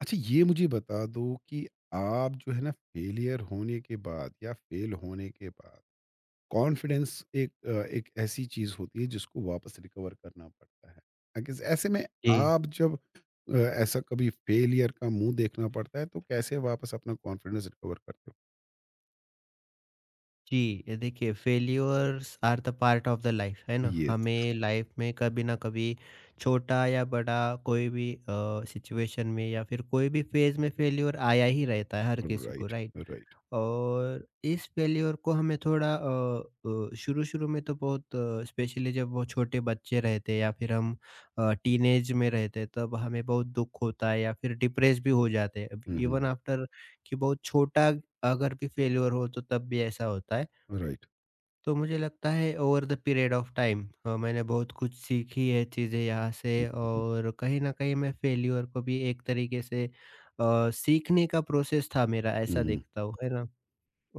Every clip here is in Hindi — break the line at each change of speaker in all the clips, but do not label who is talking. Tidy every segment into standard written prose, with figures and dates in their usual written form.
अच्छा, ये मुझे बता दो कि आप जो है ना फेलियर होने के बाद या फेल होने के बाद कॉन्फिडेंस एक ऐसी चीज होती है जिसको वापस रिकवर करना पड़ता है। I guess ऐसे में
जी,
आप जब ऐसा कभी फेलियर का मुंह देखना पड़ता है तो कैसे वापस अपना कॉन्फिडेंस रिकवर करते हो?
जी। ये देखिए failures are the part of the life है ना?
यस।
हमें लाइफ में कभी ना कभी छोटा या बड़ा कोई भी सिचुएशन में या फिर कोई भी फेज़ में फेल्योर आया ही रहता है हर किसी को
राइट।
राइट?
राइट।
और इस फेल्योर को हमें थोड़ा शुरू-शुरू में तो बहुत स्पेशली जब वो छोटे बच्चे रहते हैं या फिर हम टीनेज में रहते हैं तब हमें बहुत दुःख होता है या फिर डिप्रेस भी हो जाते हैं। इवन
हम्म।
आफ्टर कि बहुत छोटा अगर भी फेल्योर हो तो तब भी ऐसा होता है।
राइट।
तो मुझे लगता है over the period of time मैंने बहुत कुछ सीखी है चीज़ें यहाँ से
हम्म।
और कहीं न कहीं मैं फेल्योर को भी एक तरीके से सीखने का प्रोसेस था मेरा ऐसा
हम्म।
देखता हूँ, है ना?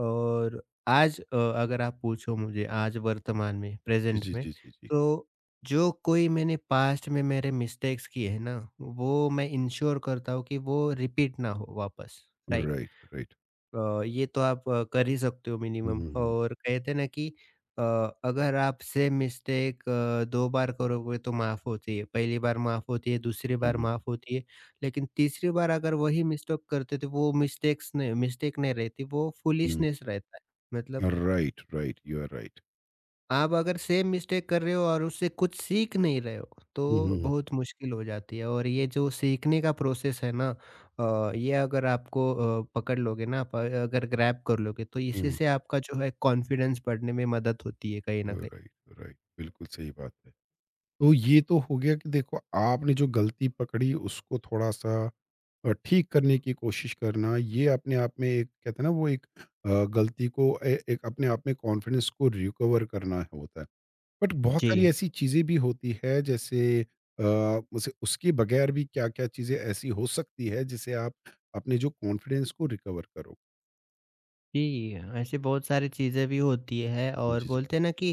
और आज अगर आप पूछो मुझे आज वर्तमान में,
जी,
प्रेज़ेंट
जी,
में,
जी, जी, जी।
तो जो कोई मैंने पास्ट में मेरे मिस्टेक्स किए हैं ना, वो मैं इंश्योर करता हूँ कि वो रिपीट ना हो वापस, राइट?
राइट। राइट।
ये तो आप कर ही सकते हो मिनिमम
हम्म।
और कहते हैं ना कि अ, अगर आप सेम मिस्टेक 2 बार करोगे तो माफ़ होती है, पहली बार माफ़ होती है, दूसरी बार
हम्म।
माफ़ होती है, लेकिन तीसरी बार अगर वही मिस्टेक करते तो वो मिस्टेक्स नहीं मिस्टेक नहीं रहती, वो फूलिशनेस रहता है। मतलब
right. Right, you are right.
आप अगर सेम मिस्टेक कर रहे हो और उससे कुछ सीख नहीं रहे हो, तो बहुत मुश्किल हो जाती है और ये जो सीखने का प्रोसेस है ना ये अगर आपको पकड़ लोगे ना आप अगर ग्रैब कर लोगे, तो इसी
हम्म।
से आपका जो है कॉन्फिडेंस बढ़ने में मदद होती है कहीं न कहीं।
राइट। राइट, बिल्कुल सही बात है। तो ये तो हो गया कि देखो आपने जो गलती पकड़ी उसको थोड़ा सा ठीक करने की कोशिश करना, ये अपने आप में एक कहते हैं ना, वो एक गलती को एक अपने आप में कॉन्फिडेंस को रिकवर करना होता है। बट बहुत सारी
जी,
ऐसी चीज़ें भी होती है जैसे अ, उसे उसके बगैर भी क्या क्या चीज़ें ऐसी हो सकती है जिसे आप अपने जो कॉन्फिडेंस को रिकवर करो।
जी, ऐसी बहुत सारी चीज़ें भी होती हैं और
जी, जी,
बोलते हैं ना कि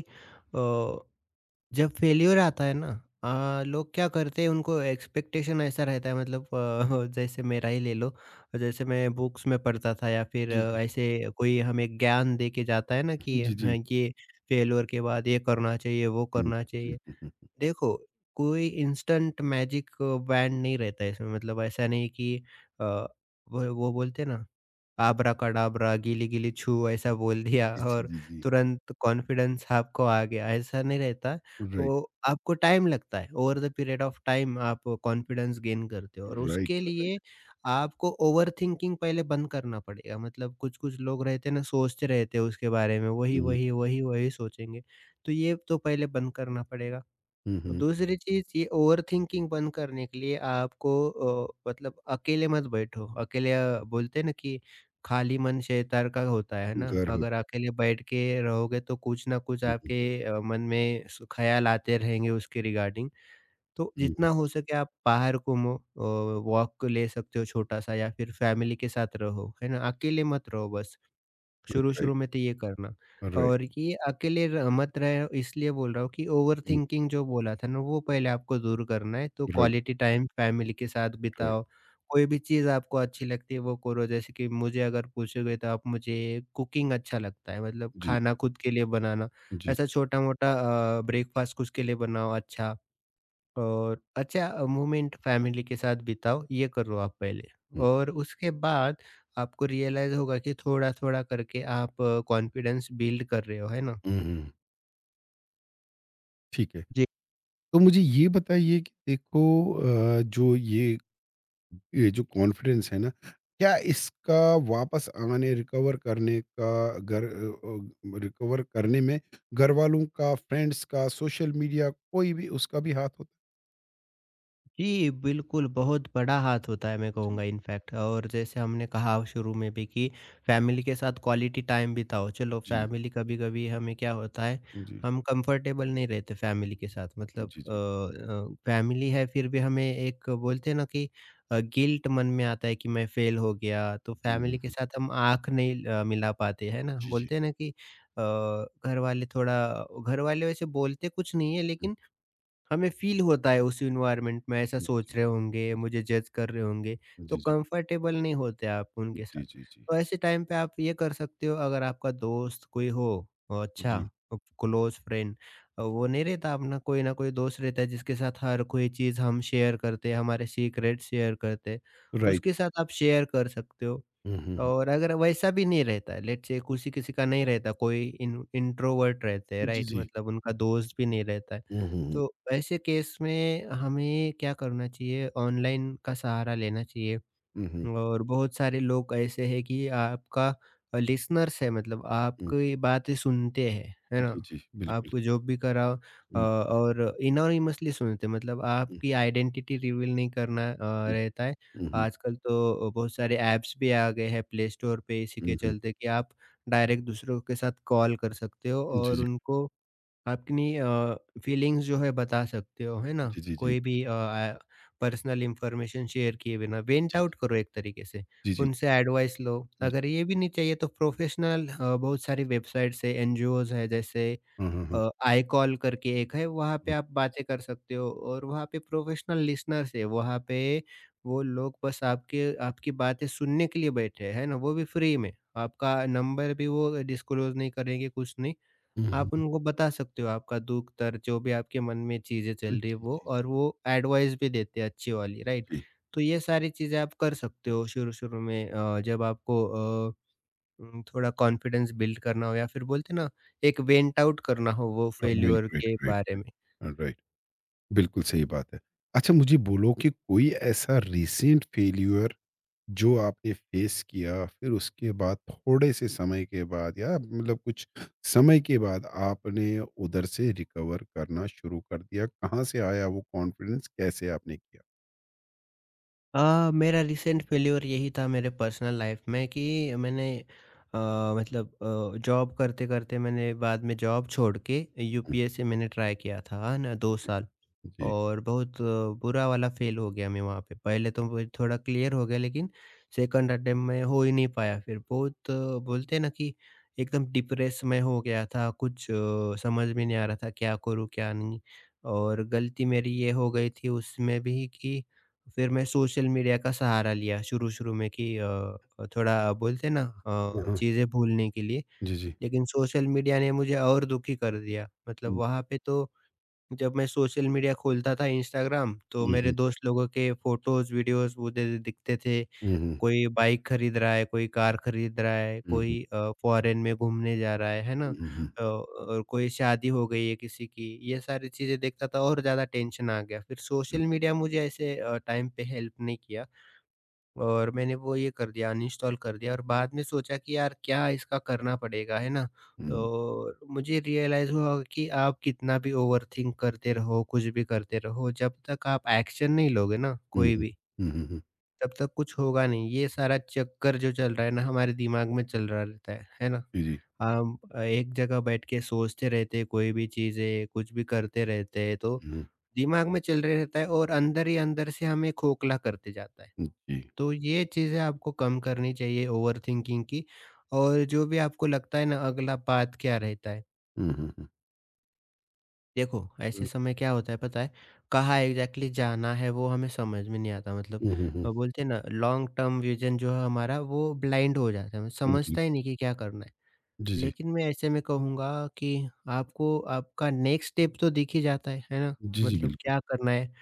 अ जब फेल्योर आता है ना लोग क्या करते हैं उनको एक्सपेक्टेशन ऐसा रहता है मतलब जैसे मेरा ही ले लो जैसे मैं बुक्स में पढ़ता था या फिर
जी, जी,
ऐसे कोई हमें ज्ञान दे के जाता है ना कि
जी, जी।
हाँ, ये फेल्योर के बाद ये करना चाहिए वो
हम्म,
करना चाहिए
हम्म।
देखो कोई इंस्टेंट मैजिक बैंड नहीं रहता है इसमें मतलब ऐसा नहीं कि वो बोलते हैं ना आब्राकडाब्रा, गीली-गीली छू ऐसा बोल दिया
जी, जी,
और
जी, जी।
तुरंत कॉन्फिडेंस आपको आ गया, ऐसा नहीं रहता। वो
राइट।
आपको टाइम लगता है, over the period of time आप कॉन्फिडेंस गेन करते हो और उसके
राइट।
लिए आपको ओवरथिंकिंग पहले बंद करना पड़ेगा। मतलब कुछ-कुछ लोग रहते हैं ना, सोचते रहते हैं उसके बारे में,
Mhm.
वही-वही, वही-वही सोचेंगे। तो ये तो पहले बंद करना पड़ेगा।
Mhm.
दूसरी चीज़ ये ओवरथिंकिंग बंद करने के लिए आपको मतलब अकेले मत बैठो। अकेले बोलते हैं ना कि खाली मन शैतान का होता है ना?
घर
अगर
होता है।
अकेले बैठ के रहोगे तो कुछ ना कुछ
हुँ, हुँ,
आपके मन में सु ख़्याल आते रहेंगे उसके रिगार्डिंग। तो
हुँ।
जितना हो सके आप बाहर घूमो वॉक ले सकते हो छोटा-सा या फिर फैमिली के साथ रहो, है ना? अकेले मत रहो बस।
राइट,
शुरू-शुरू में तो ये करना
राइट।
और ये अकेले र मत रहे हो, इसलिए बोल रहा हूँ कि
हुँ।
ओवरथिंकिंग जो बोला था ना वो पहले आपको दूर करना है, तो
राइट,
क्वालिटी टाइम फैमिली के साथ
राइट।
बिताओ। कोई भी चीज़ आपको अच्छी लगती है वो करो जैसे कि मुझे अगर पूछोगे तो आप मुझे कुकिंग अच्छा लगता है मतलब
जी,
खाना खुद के लिए बनाना।
जी।
ऐसा छोटा-मोटा ब्रेकफास्ट खुद के लिए बनाओ अच्छा। और अच्छा मोमेंट फैमिली के साथ बिताओ ये करो आप पहले
हुँ,
और उसके बाद आपको रियलाइज होगा कि थोड़ा थोड़ा करके आप कॉन्फिडेंस बिल्ड कर रहे हो है ना
हुँ, हुँ। ठीक है। तो मुझे ये बताइए कि देखो जो ये जो कॉन्फिडेंस है ना, क्या इसका वापस आने रिकवर करने का रिकवर करने में घरवालों का, फ्रेंड्स का, सोशल मीडिया कोई भी उसका भी हाथ होता
जी, बिल्कुल, बहुत बड़ा हाथ होता है मैं
है? जी,
कहूँगा इनफैक्ट और जैसे हमने कहा शुरू में भी कि फैमिली के साथ क्वालिटी टाइम बिताओ। चलो
जी,
फैमिली कभी-कभी हमें क्या होता है,
जी,
हम कंफर्टेबल नहीं रहते फैमिली के साथ मतलब
जी, जी।
फैमिली है फिर भी हमें एक बोलते हैं ना कि गिल्ट मन में आता है कि मैं फेल हो गया, तो
हुँ, हुँ,
फैमिली के
हुँ।
साथ हम आँख नहीं मिला पाते, है ना?
जी, जी।
बोलते हैं ना कि अ, घरवाले थोड़ा घरवाले वैसे बोलते कुछ नहीं है
हुँ,
लेकिन हमें फील होता है उस
हुँ।
एनवायरनमेंट में ऐसा
जी,
सोच रहे
जी,
होंगे,
जी,
मुझे जज कर रहे होंगे,
जी,
तो
जी, जी।
कंफर्टेबल नहीं होते आप उनके
जी,
साथ।
जी, जी।
तो ऐसे टाइम पे आप ये कर सकते हो अगर आपका दोस्त कोई हो अच्छा
जी।
क्लोज़ फ्रेंड वो नहीं रहता अपना कोई ना कोई दोस्त रहता है जिसके साथ हर कोई चीज़ हम शेयर करते हैं, हमारे सीक्रेट शेयर करते हैं,
राइट।
उसके साथ आप शेयर कर सकते हो।
हुँ, हुँ, हुँ।
और अगर वैसा भी नहीं रहता है लेट्स से किसी-किसी का नहीं रहता कोई इन इंट्रोवर्ट रहते हैं
जी,
राइट?
जी।
मतलब उनका दोस्त भी नहीं रहता है।
हुँ, हुँ, हुँ।
तो ऐसे केस में हमें क्या करना चाहिए ऑनलाइन का सहारा लेना चाहिए
हुँ,
और बहुत सारे लोग ऐसे हैं कि आपका लिसनर्स है मतलब
हुँ, हुँ।
आपकी बातें सुनते हैं, है ना?
जी, जी, बिल्कुल।
आप जो भी कराओ
हुँ,
और एनोनिमसली सुनते हैं मतलब
हुँ,
आपकी आइडेंटिटी रिवील नहीं करना
हुँ,
रहता है।
हुँ, हुँ,
आजकल तो बहुत सारे ऐप्स भी आ गए हैं प्ले स्टोर पे इसी के
हुँ, हुँ।
चलते कि आप डायरेक्ट दूसरों के साथ कॉल कर सकते हो
जी,
और
जी।
उनको अपनी फीलिंग्स जो है बता सकते हो, है ना?
जी, जी, जी।
कोई भी अ, आ पर्सनल इन्फॉर्मेशन शेयर किए बिना वेंट
जी,
आउट करो एक तरीके से,
जी, जी,
उनसे एडवाइस लो।
जी।
अगर ये भी नहीं चाहिए तो प्रोफेशनल बहुत सारी वेबसाइट्स है, एनजीओज़ है जैसे
हाँ, हाँ, हाँ,
आई कॉल करके एक है, वहाँ पे
हाँ।
आप बातें कर सकते हो और वहाँ पे प्रोफेशनल लिसनर्स है, वहाँ पे वो लोग बस आपके आपकी बातें सुनने के लिए बैठे हैं, है ना? वो भी फ्री में, आपका
जी।
नंबर भी वो डिस्क्लोज़ नहीं करेंगे, कुछ नहीं।
हुँ, हुँ,
आप
हुँ।
उनको बता सकते हो आपका दुःख दर्द जो भी आपके मन में चीज़ें
जी,
चल रही है
जी,
वो
जी,
और वो एडवाइस भी देते हैं अच्छी वाली राइट।
जी।
तो ये सारी चीज़ें आप कर सकते हो शुरू-शुरू में जब आपको अ, थोड़ा कॉन्फिडेंस बिल्ड करना हो या फिर बोलते हैं ना एक वेंट आउट करना हो वो
राइट,
फेल्योर
राइट,
के
राइट,
बारे में।
राइट। राइट, बिल्कुल सही बात है। अच्छा, मुझे बोलो कि कोई ऐसा रिसेंट फेल्योर जो आपने फेस किया, फिर उसके बाद थोड़े से समय के बाद या मतलब कुछ समय के बाद आपने उधर से रिकवर करना शुरू कर दिया, कहाँ से आया वो कॉन्फिडेंस, कैसे आपने किया?
मेरा रिसेंट फेल्योर यही था मेरे पर्सनल लाइफ में कि मैंने अ, मतलब जॉब करते-करते मैंने बाद में जॉब छोड़ के
हम्म।
यूपीएससी मैंने ट्राई किया था, है ना 2
जी,
साल।
जी।
और बहुत बुरा वाला फ़ेल हो गया मैं वहाँ पे। पहले तो मुझे थोड़ा क्लियर हो गया लेकिन सेकंड अटेम्प्ट में हो ही नहीं पाया फिर। बहुत बोलते हैं ना कि एकदम डिप्रेस में हो गया था, कुछ समझ में नहीं आ रहा था क्या करूँ, क्या नहीं? और गलती मेरी ये हो गई थी उसमें भी कि फिर मैं सोशल मीडिया का सहारा लिया शुरू-शुरू में कि थोड़ा बोलते हैं ना
हाँ।
चीज़ें भूलने के लिए।
जी, जी।
लेकिन सोशल मीडिया ने मुझे और दुखी कर दिया। मतलब
हम्म,
वहाँ पे तो जब मैं सोशल मीडिया खोलता था इंस्टाग्राम तो मेरे
हम्म,
दोस्त लोगों के फोटोज वीडियोस वो दे दिखते थे
हम्म, हम्म,
कोई बाइक खरीद रहा है कोई कार खरीद रहा है कोई
हम्म,
फॉरेन में घूमने जा रहा है ना
हम्म,
और कोई शादी हो गई है किसी की ये सारी चीजें देखता था और ज्यादा टेंशन आ गया फिर
हम्म,
सोशल मीडिया मुझे ऐसे टाइम पे हेल्प नहीं किया और मैंने वो ये कर दिया अनइंस्टॉल कर दिया और बाद में सोचा कि यार क्या इसका करना पड़ेगा, है ना?
हम्म,
और मुझे रियलाइज़ हुआ कि आप कितना भी ओवरथिंक करते रहो, कुछ भी करते रहो, जब तक आप एक्शन नहीं लोगे ना
हम्म,
कोई भी,
हम्म।
तब तक कुछ होगा नहीं। ये सारा चक्कर जो चल रहा है ना हमारे दिमाग में चल रहा रहता है ना?
जी, जी।
हम एक जगह बैठ के सोचते रहते हैं कोई भी चीज़ें, कुछ भी करते रहते हैं तो
हम्म,
दिमाग में चल रहे रहता है और अंदर ही अंदर से हमें खोखला करते जाता है।
हम्म। जी।
तो ये चीज़ें आपको कम करनी चाहिए ओवरथिंकिंग की और जो भी आपको लगता है ना अगला पाथ क्या रहता है।
हम्म, हम्म,
देखो, ऐसे
हम्म,
समय क्या होता है पता है? कहाँ एग्ज़ैक्टली जाना है वो हमें समझ में नहीं आता मतलब
हम्म।
बोलते हैं ना लॉन्ग टर्म विज़न जो है हमारा वो ब्लाइंड हो जाता है, मतलब
बिल्कुल।
समझता ही नहीं कि क्या करना है।
जी, जी।
लेकिन मैं ऐसे में कहूँगा कि आपको आपका नेक्स्ट स्टेप तो दिख ही जाता है ना?
जी, जी,
मतलब
बिल्कुल।
क्या करना है?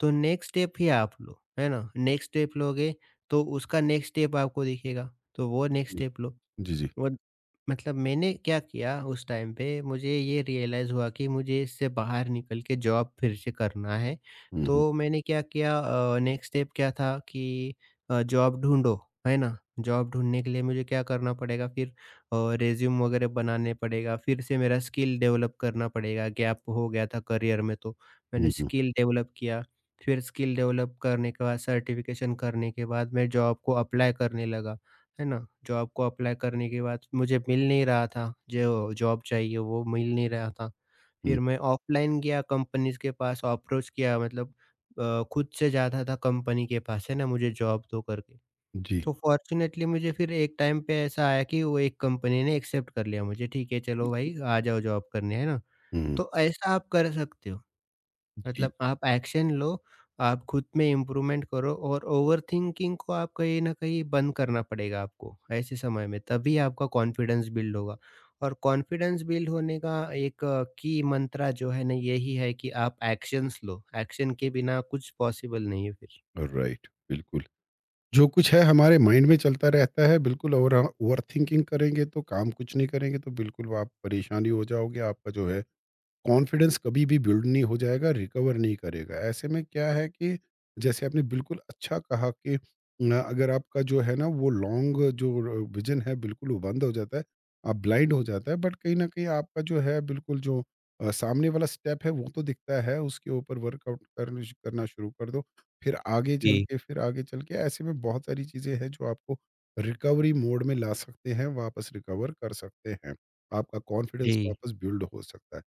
तो नेक्स्ट स्टेप ही आप लो, है ना? नेक्स्ट स्टेप लोगे तो उसका नेक्स्ट स्टेप आपको दिखेगा, तो वो नेक्स्ट
जी,
स्टेप लो।
जी, जी।
वो मतलब मैंने क्या किया उस टाइम पे मुझे ये रियलाइज़ हुआ कि मुझे इससे बाहर निकल के जॉब फिर से करना है।
हम्म, हम्म,
तो मैंने क्या किया नेक्स्ट स्टेप क्या था कि जॉब ढूँढो, है ना? जॉब ढूँढने के लिए मुझे क्या करना पड़ेगा फिर रिज़्यूम वगैरह बनाने पड़ेगा, फिर से मेरा स्किल डेवलप करना पड़ेगा, गैप हो गया था करियर में तो। मैंने
हम्म,
स्किल डेवलप किया, फिर स्किल डेवलप करने के बाद सर्टिफ़िकेशन करने के बाद मैं जॉब को अप्लाई करने लगा। है ना? जॉब को अप्लाई करने के बाद मुझे मिल नहीं रहा था, जो जॉब चाहिए वो मिल नहीं रहा था।
हम्म।
फिर मैं ऑफ़लाइन गया कंपनीज़ के पास अप्रोच किया मतलब खुद से जाता था कंपनी के पास, है ना? मुझे जॉब दो करके।
जी।
तो फ़ॉर्च्यूनेटली मुझे फिर एक टाइम पे ऐसा आया कि वो एक कंपनी ने एक्सेप्ट कर लिया मुझे, ठीक है चलो भाई आ जाओ जॉब करने, है ना?
हम्म।
तो ऐसा आप कर सकते हो।
जी।
मतलब आप एक्शन लो, आप खुद में इम्प्रूवमेंट करो और ओवरथिंकिंग को आप कहीं न कहीं बंद करना पड़ेगा आपको, ऐसे समय में तभी आपका कॉन्फिडेंस बिल्ड होगा। और कॉन्फिडेंस बिल्ड होने का एक की मंत्रा जो है ना यही है कि आप एक्शंस लो, एक्शन के बिना कुछ पॉसिबल नहीं है फिर।
राइट, बिल्कुल। जो कुछ है हमारे माइंड में चलता रहता है, बिल्कुल, और ओवर थिंकिंग करेंगे तो काम कुछ नहीं करेंगे, तो बिल्कुल आप परेशानी हो जाओगे, आपका जो है कॉन्फिडेंस कभी भी बिल्ड नहीं हो जाएगा, रिकवर नहीं करेगा। ऐसे में क्या है कि जैसे आपने बिल्कुल अच्छा कहा कि न अगर आपका जो है ना वो लॉन्ग जो र विज़न है, बिल्कुल वो बंद हो जाता है, आप ब्लाइंड हो जाता है, बट कहीं न कहीं आपका जो है बिल्कुल जो सामने वाला स्टेप है वो तो दिखता है, उसके ऊपर वर्कआउट करने श करना शुरू कर दो।
जी,
फिर आगे चल के ऐसे में बहुत सारी चीज़ें हैं जो आपको रिकवरी मोड में ला सकते हैं, वापस रिकवर कर सकते हैं। आपका कॉन्फिडेंस
जी।
वापस बिल्ड हो सकता है।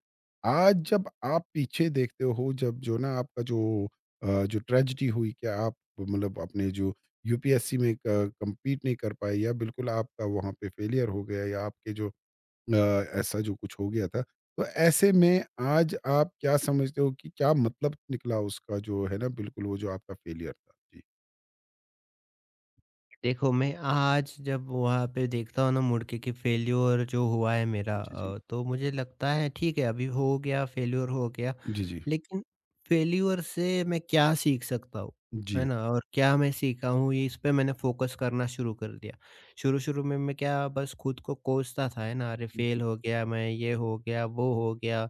आज जब आप पीछे देखते हो, जब जो ना आपका जो जो ट्रेजेडी हुई, क्या आप मतलब अपने जो यूपीएससी में क कंप्लीट नहीं कर पाए या बिल्कुल आपका वहाँ पे फेलियर हो गया या आपके जो अ, ऐसा जो कुछ हो गया था। तो ऐसे में आज आप क्या समझते हो कि क्या मतलब निकला उसका जो है ना बिल्कुल वो जो आपका फेलियर था? जी।
देखो, मैं आज जब वहाँ पे देखता हूँ ना मुड़ के कि फेल्योर जो हुआ है मेरा
जी, जी।
तो मुझे लगता है ठीक है अभी हो गया, फेल्योर हो गया।
जी, जी।
लेकिन फेल्योर से मैं क्या सीख सकता हूँ, है
जी।
ना? और क्या मैं सीखा हूँ ये इस पे मैंने फ़ोकस करना शुरू कर दिया। शुरू-शुरू में मैं क्या बस खुद को कोसता था है ना, अरे फेल हो गया मैं, ये हो गया, वो हो गया।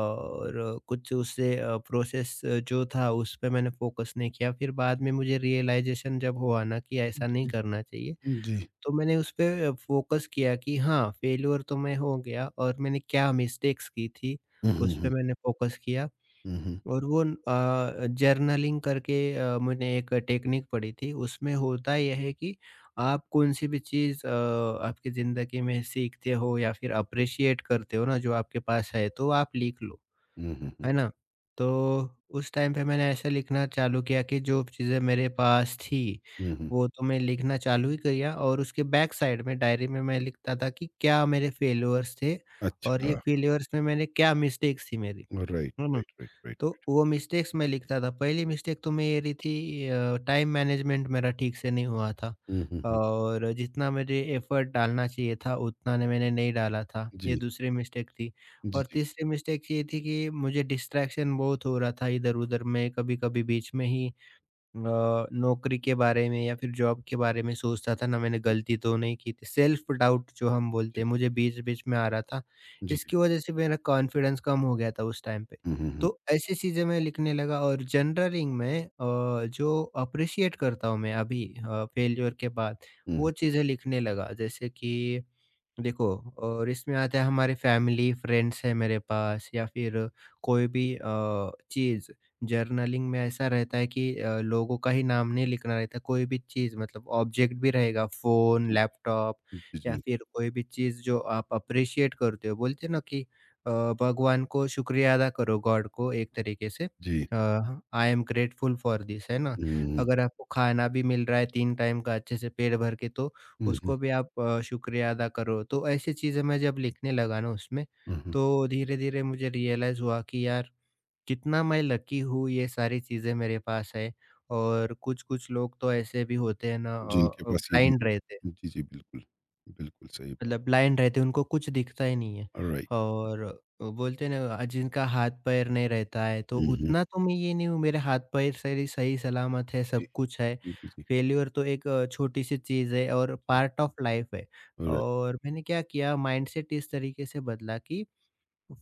और कुछ उससे प्रोसेस जो था उस पे मैंने फ़ोकस नहीं किया। फिर बाद में मुझे रियलाइज़ेशन जब हुआ ना कि ऐसा नहीं
जी,
करना चाहिए,
जी, जी।
तो मैंने उस पे फ़ोकस किया कि हाँ, फेल्योर तो मैं हो गया और मैंने क्या मिस्टेक्स की थी,
हुँ, हुँ,
उस पे
हुँ।
मैंने फ़ोकस किया।
हुँ, हुँ।
और वो न जर्नलिंग करके मैंने एक टेक्निक पढ़ी थी, उसमें होता यह है कि आप कौन-सी भी चीज़ आपकी ज़िंदगी में सीखते हो या फिर अप्रिशिएट करते हो ना, जो आपके पास है, तो आप लिख लो।
हुँ, हुँ, हुँ।
है ना? तो उस टाइम पे मैंने ऐसे लिखना चालू किया कि जो चीज़ें मेरे पास थी,
हुँ, हुँ।
वो तो मैं लिखना चालू ही किया और उसके बैक साइड में डायरी में मैं लिखता था कि क्या मेरे फेल्योर्स थे और ये
अच्छा।
फेल्योर्स में मैंने क्या मिस्टेक्स थी मेरी।
राइट,
है ना?
Right, right, right.
तो वो मिस्टेक्स मैं लिखता था। पहली मिस्टेक तो मेरी थी टाइम मैनेजमेंट मेरा ठीक से नहीं हुआ था
हुँ, हुँ, हुँ।
और जितना मुझे एफ़र्ट डालना चाहिए था, उतना न मैंने नहीं डाला था। ये
जी,
दूसरी मिस्टेक थी
जी,
और
जी।
तीसरी मिस्टेक ये थी कि मुझे डिस्ट्रैक्शन बहुत हो रहा था इधर-उधर। मैं कभी-कभी बीच में ही नौकरी के बारे में या फिर जॉब के बारे में सोचता था ना मैंने गलती तो नहीं की थी, सेल्फ
जी,
डाउट जो हम बोलते
जी,
हैं मुझे बीच बीच में आ रहा था।
जी, जी।
इसकी वजह से मेरा कॉन्फिडेंस कम हो गया था उस टाइम पे।
हुँ, हुँ, हुँ,
तो ऐसी चीज़ें मैं लिखने लगा और जर्नलिंग में जो अप्रिशिएट करता हूँ मैं अभी फेलियर के बाद
हुँ।
वो चीज़ें लिखने लगा जैसे कि देखो और इसमें आता है हमारे फैमिली फ्रेंड्स है मेरे पास या फिर कोई भी चीज़ जर्नलिंग में ऐसा रहता है कि लोगों का ही नाम नहीं लिखना रहता, कोई भी चीज़ मतलब ऑब्जेक्ट भी रहेगा फ़ोन
जी,
लैपटॉप
जी,
या
जी,
फिर कोई भी चीज़ जो आप अप्रिशिएट करते हो। बोलते हैं ना कि अ, भगवान को शुक्रिया अदा करो, गॉड को एक तरीके से
जी।
I am grateful for this, है ना?
हुँ, हुँ,
अगर आपको खाना भी मिल रहा है तीन टाइम का अच्छे से पेट भर के तो
हुँ,
उसको भी आप शुक्रिया अदा करो। तो ऐसी चीज़ें मैं जब लिखने लगा ना उसमें,
हुँ, हुँ।
तो धीरे-धीरे मुझे रियलाइज़ हुआ कि यार कितना मैं लकी हूँ, ये सारी चीज़ें मेरे पास है। और कुछ-कुछ लोग तो ऐसे भी होते हैं ना
जिनके पास ये भी
ब्लाइंड रहते हैं।
नहीं, जी, जी, बिल्कुल, बिल्कुल सही बात।
मतलब ब्लाइंड रहते हैं, उनको कुछ दिखता ही नहीं है।
ऑलराइट।
और बोलते हैं ना जिनका हाथ पैर नहीं रहता है, तो
हुँ, हुँ।
उतना तो मैं ये नहीं हूँ, मेरे हाथ पैर सही सही सलामत है,
जी,
सब कुछ है।
जी, जी,
फेल्योर तो एक छोटी सी चीज़ है और
जी।
पार्ट ऑफ लाइफ है।
ऑलराइट,
और मैंने क्या किया माइंडसेट इस तरीके से बदला कि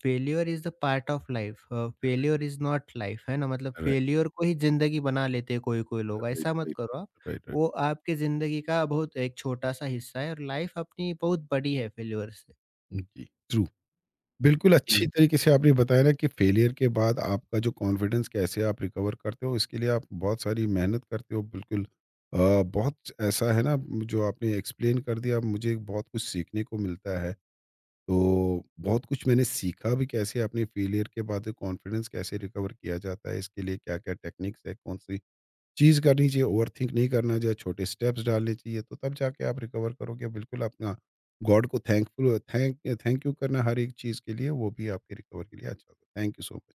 failure is the part of life, failure is not life, है ना? मतलब
ऑलराइट,
फेलियर को ही ज़िंदगी बना लेते हैं कोई-कोई लोग,
ऑलराइट,
ऐसा मत
राइट,
करो आप।
Right, right.
वो आपकी ज़िंदगी का बहुत एक छोटा-सा हिस्सा है और लाइफ अपनी बहुत बड़ी है फेलियर से।
जी, ट्रू। बिल्कुल अच्छी
जी।
तरीके से आपने बताया ना कि फेलियर के बाद आपका जो कॉन्फिडेंस कैसे आप रिकवर करते हो, इसके लिए आप बहुत सारी मेहनत करते हो, बिल्कुल बहुत ऐसा है ना, जो आपने एक्सप्लेन कर दिया, मुझे बहुत कुछ सीखने को मिलता है, तो बहुत कुछ मैंने सीखा भी कैसे अपने फेलियर के बाद कॉन्फिडेंस कैसे रिकवर किया जाता है, इसके लिए क्या क्या टेक्निक्स है, कौन सी चीज़ करनी चाहिए, ओवरथिंक नहीं करना चाहिए, छोटे स्टेप्स डालने चाहिए, तो तब जाके आप रिकवर करोगे। बिल्कुल अपना गॉड को थैंक यू करना हर एक चीज़ के लिए, वो भी आपके रिकवर के लिए अच्छा होगा। Thank you so much.